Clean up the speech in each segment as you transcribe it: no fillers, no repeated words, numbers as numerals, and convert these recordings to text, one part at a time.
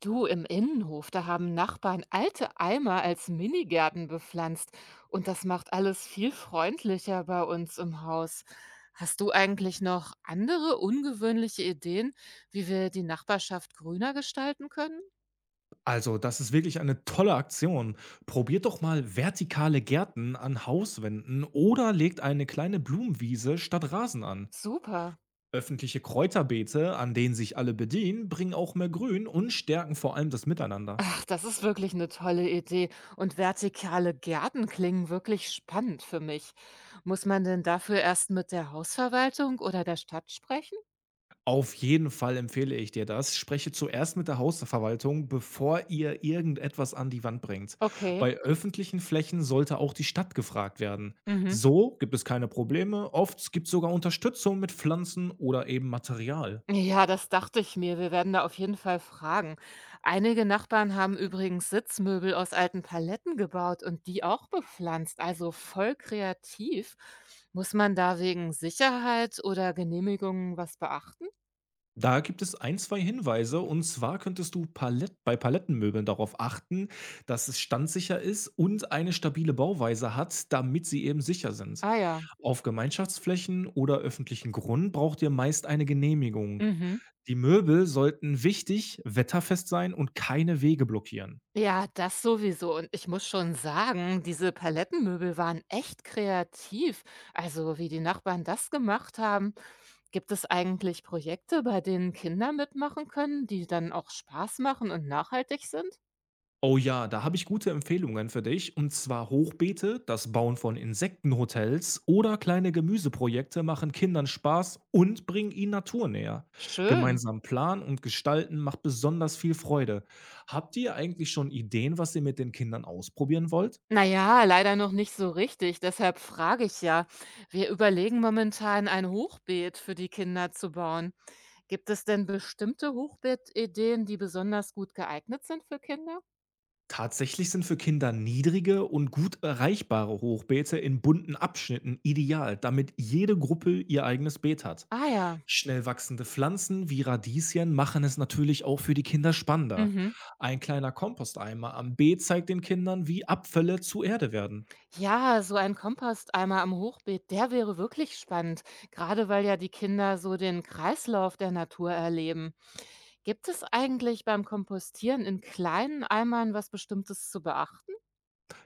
Du, im Innenhof, da haben Nachbarn alte Eimer als Minigärten bepflanzt und das macht alles viel freundlicher bei uns im Haus. Hast du eigentlich noch andere ungewöhnliche Ideen, wie wir die Nachbarschaft grüner gestalten können? Also, das ist wirklich eine tolle Aktion. Probiert doch mal vertikale Gärten an Hauswänden oder legt eine kleine Blumenwiese statt Rasen an. Super. Öffentliche Kräuterbeete, an denen sich alle bedienen, bringen auch mehr Grün und stärken vor allem das Miteinander. Ach, das ist wirklich eine tolle Idee und vertikale Gärten klingen wirklich spannend für mich. Muss man denn dafür erst mit der Hausverwaltung oder der Stadt sprechen? Auf jeden Fall empfehle ich dir das. Spreche zuerst mit der Hausverwaltung, bevor ihr irgendetwas an die Wand bringt. Okay. Bei öffentlichen Flächen sollte auch die Stadt gefragt werden. Mhm. So gibt es keine Probleme. Oft gibt es sogar Unterstützung mit Pflanzen oder eben Material. Ja, das dachte ich mir. Wir werden da auf jeden Fall fragen. Einige Nachbarn haben übrigens Sitzmöbel aus alten Paletten gebaut und die auch bepflanzt, also voll kreativ. Muss man da wegen Sicherheit oder Genehmigungen was beachten? Da gibt es ein, 2 Hinweise und zwar könntest du Palett bei Palettenmöbeln darauf achten, dass es standsicher ist und eine stabile Bauweise hat, damit sie eben sicher sind. Ah ja. Auf Gemeinschaftsflächen oder öffentlichen Grund braucht ihr meist eine Genehmigung. Mhm. Die Möbel sollten wichtig, wetterfest sein und keine Wege blockieren. Ja, das sowieso. Und ich muss schon sagen, diese Palettenmöbel waren echt kreativ. Also, wie die Nachbarn das gemacht haben. Gibt es eigentlich Projekte, bei denen Kinder mitmachen können, die dann auch Spaß machen und nachhaltig sind? Oh ja, da habe ich gute Empfehlungen für dich, und zwar Hochbeete, das Bauen von Insektenhotels oder kleine Gemüseprojekte machen Kindern Spaß und bringen ihnen Natur näher. Schön. Gemeinsam planen und gestalten macht besonders viel Freude. Habt ihr eigentlich schon Ideen, was ihr mit den Kindern ausprobieren wollt? Naja, leider noch nicht so richtig. Deshalb frage ich ja. Wir überlegen momentan ein Hochbeet für die Kinder zu bauen. Gibt es denn bestimmte Hochbeetideen, die besonders gut geeignet sind für Kinder? Tatsächlich sind für Kinder niedrige und gut erreichbare Hochbeete in bunten Abschnitten ideal, damit jede Gruppe ihr eigenes Beet hat. Ah ja. Schnell wachsende Pflanzen wie Radieschen machen es natürlich auch für die Kinder spannender. Mhm. Ein kleiner Komposteimer am Beet zeigt den Kindern, wie Abfälle zu Erde werden. Ja, so ein Komposteimer am Hochbeet, der wäre wirklich spannend, gerade weil ja die Kinder so den Kreislauf der Natur erleben. Gibt es eigentlich beim Kompostieren in kleinen Eimern was Bestimmtes zu beachten?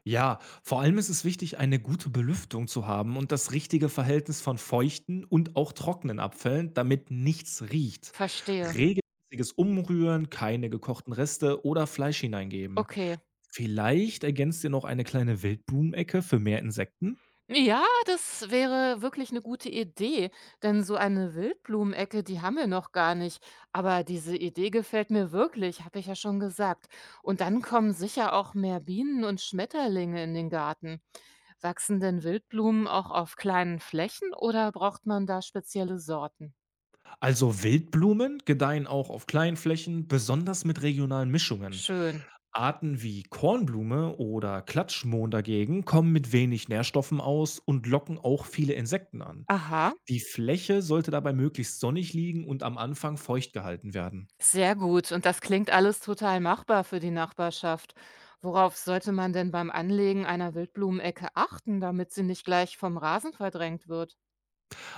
Ja, vor allem ist es wichtig, eine gute Belüftung zu haben und das richtige Verhältnis von feuchten und auch trockenen Abfällen, damit nichts riecht. Verstehe. Regelmäßiges Umrühren, keine gekochten Reste oder Fleisch hineingeben. Okay. Vielleicht ergänzt ihr noch eine kleine Wildblumenecke für mehr Insekten? Ja, das wäre wirklich eine gute Idee, denn so eine Wildblumenecke, die haben wir noch gar nicht. Aber diese Idee gefällt mir wirklich, habe ich ja schon gesagt. Und dann kommen sicher auch mehr Bienen und Schmetterlinge in den Garten. Wachsen denn Wildblumen auch auf kleinen Flächen oder braucht man da spezielle Sorten? Also Wildblumen gedeihen auch auf kleinen Flächen, besonders mit regionalen Mischungen. Schön. Arten wie Kornblume oder Klatschmohn dagegen kommen mit wenig Nährstoffen aus und locken auch viele Insekten an. Aha. Die Fläche sollte dabei möglichst sonnig liegen und am Anfang feucht gehalten werden. Sehr gut und das klingt alles total machbar für die Nachbarschaft. Worauf sollte man denn beim Anlegen einer Wildblumenecke achten, damit sie nicht gleich vom Rasen verdrängt wird?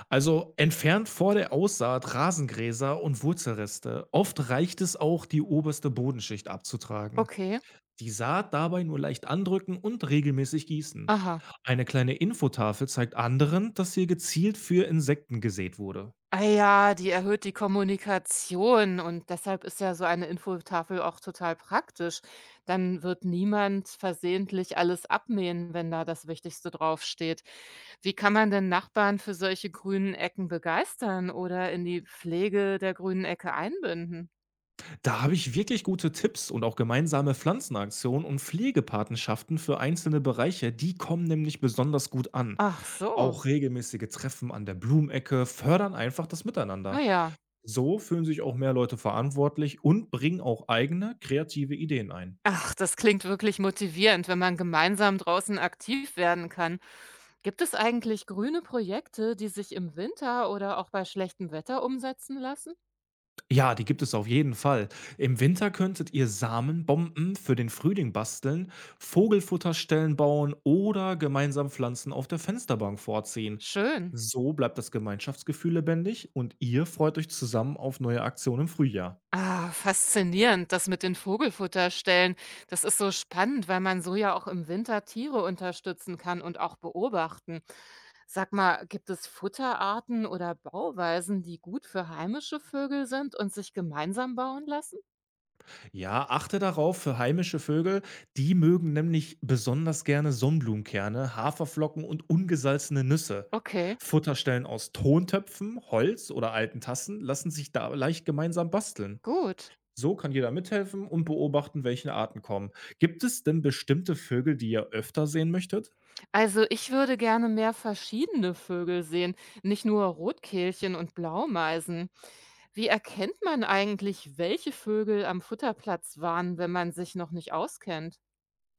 Also entfernt vor der Aussaat Rasengräser und Wurzelreste. Oft reicht es auch, die oberste Bodenschicht abzutragen. Okay, Die Saat dabei nur leicht andrücken und regelmäßig gießen. aha. Eine kleine Infotafel zeigt anderen, dass hier gezielt für Insekten gesät wurde. Ah ja, die erhöht die Kommunikation und deshalb ist ja so eine Infotafel auch total praktisch. Dann wird niemand versehentlich alles abmähen, wenn da das Wichtigste draufsteht. Wie kann man denn Nachbarn für solche grünen Ecken begeistern oder in die Pflege der grünen Ecke einbinden? Da habe ich wirklich gute Tipps und auch gemeinsame Pflanzenaktionen und Pflegepatenschaften für einzelne Bereiche, die kommen nämlich besonders gut an. Ach so, Auch regelmäßige Treffen an der Blumecke fördern einfach das ah Miteinander. ja. So fühlen sich auch mehr Leute verantwortlich und bringen auch eigene kreative Ideen ein. Ach, das klingt wirklich motivierend, wenn man gemeinsam draußen aktiv werden kann. Gibt es eigentlich grüne Projekte, die sich im Winter oder auch bei schlechtem Wetter umsetzen lassen? Ja, die gibt es auf jeden Fall. Im Winter könntet ihr Samenbomben für den Frühling basteln, Vogelfutterstellen bauen oder gemeinsam Pflanzen auf der Fensterbank vorziehen. Schön. So bleibt das Gemeinschaftsgefühl lebendig und ihr freut euch zusammen auf neue Aktionen im Frühjahr. Ah, faszinierend, das mit den Vogelfutterstellen. Das ist so spannend, weil man so ja auch im Winter Tiere unterstützen kann und auch beobachten. Sag mal, gibt es Futterarten oder Bauweisen, die gut für heimische Vögel sind und sich gemeinsam bauen lassen? Ja, achte darauf für heimische Vögel, die mögen nämlich besonders gerne Sonnenblumenkerne, Haferflocken und ungesalzene Nüsse. Okay, Futterstellen aus Tontöpfen, Holz oder alten Tassen lassen sich da leicht gemeinsam basteln. gut. So kann jeder mithelfen und beobachten, welche Arten kommen. Gibt es denn bestimmte Vögel, die ihr öfter sehen möchtet? Also, ich würde gerne mehr verschiedene Vögel sehen, nicht nur Rotkehlchen und Blaumeisen. Wie erkennt man eigentlich, welche Vögel am Futterplatz waren, wenn man sich noch nicht auskennt?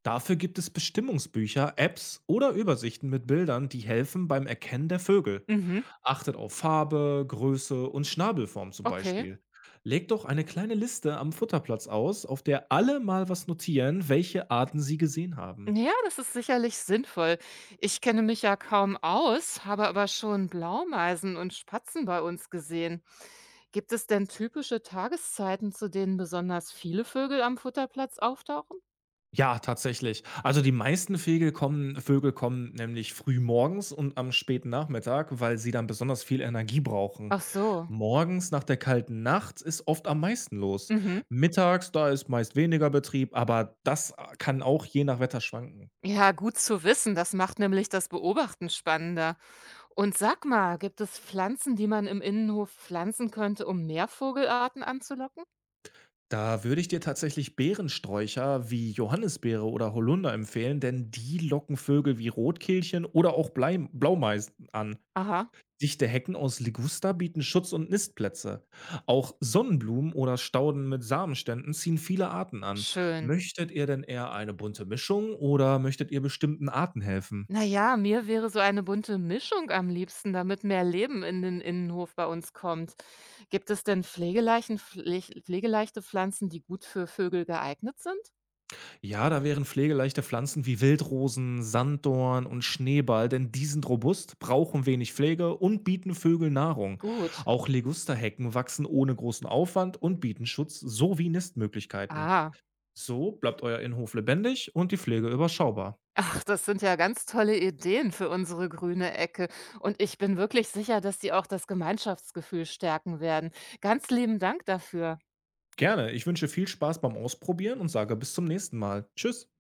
Dafür gibt es Bestimmungsbücher, Apps oder Übersichten mit Bildern, die helfen beim Erkennen der Vögel. Mhm. Achtet auf Farbe, Größe und Schnabelform zum Okay. Beispiel. Legt doch eine kleine Liste am Futterplatz aus, auf der alle mal was notieren, welche Arten sie gesehen haben. Ja, das ist sicherlich sinnvoll. Ich kenne mich ja kaum aus, habe aber schon Blaumeisen und Spatzen bei uns gesehen. Gibt es denn typische Tageszeiten, zu denen besonders viele Vögel am Futterplatz auftauchen? Ja, tatsächlich. Also die meisten Vögel kommen nämlich früh morgens und am späten Nachmittag, weil sie dann besonders viel Energie brauchen. Ach so. Morgens nach der kalten Nacht ist oft am meisten los. Mhm. Mittags, da ist meist weniger Betrieb, aber das kann auch je nach Wetter schwanken. Ja, gut zu wissen. Das macht nämlich das Beobachten spannender. Und sag mal, gibt es Pflanzen, die man im Innenhof pflanzen könnte, um mehr Vogelarten anzulocken? Da würde ich dir tatsächlich Beerensträucher wie Johannisbeere oder Holunder empfehlen, denn die locken Vögel wie Rotkehlchen oder auch Blei Blaumeisen an. Aha, Dichte Hecken aus Liguster bieten Schutz und Nistplätze. Auch Sonnenblumen oder Stauden mit Samenständen ziehen viele Arten an. schön. Möchtet ihr denn eher eine bunte Mischung oder möchtet ihr bestimmten Arten helfen? Naja, mir wäre so eine bunte Mischung am liebsten, damit mehr Leben in den Innenhof bei uns kommt. Gibt es denn pflegeleichte Pflanzen, die gut für Vögel geeignet sind? Ja, da wären pflegeleichte Pflanzen wie Wildrosen, Sanddorn und Schneeball, denn die sind robust, brauchen wenig Pflege und bieten Vögeln Nahrung. Gut. Auch Ligusterhecken wachsen ohne großen Aufwand und bieten Schutz sowie Nistmöglichkeiten. Ah, So bleibt euer Innenhof lebendig und die Pflege überschaubar. ach, das sind ja ganz tolle Ideen für unsere grüne Ecke. Und ich bin wirklich sicher, dass die auch das Gemeinschaftsgefühl stärken werden. Ganz lieben Dank dafür. Gerne. Ich wünsche viel Spaß beim Ausprobieren und sage bis zum nächsten Mal. Tschüss.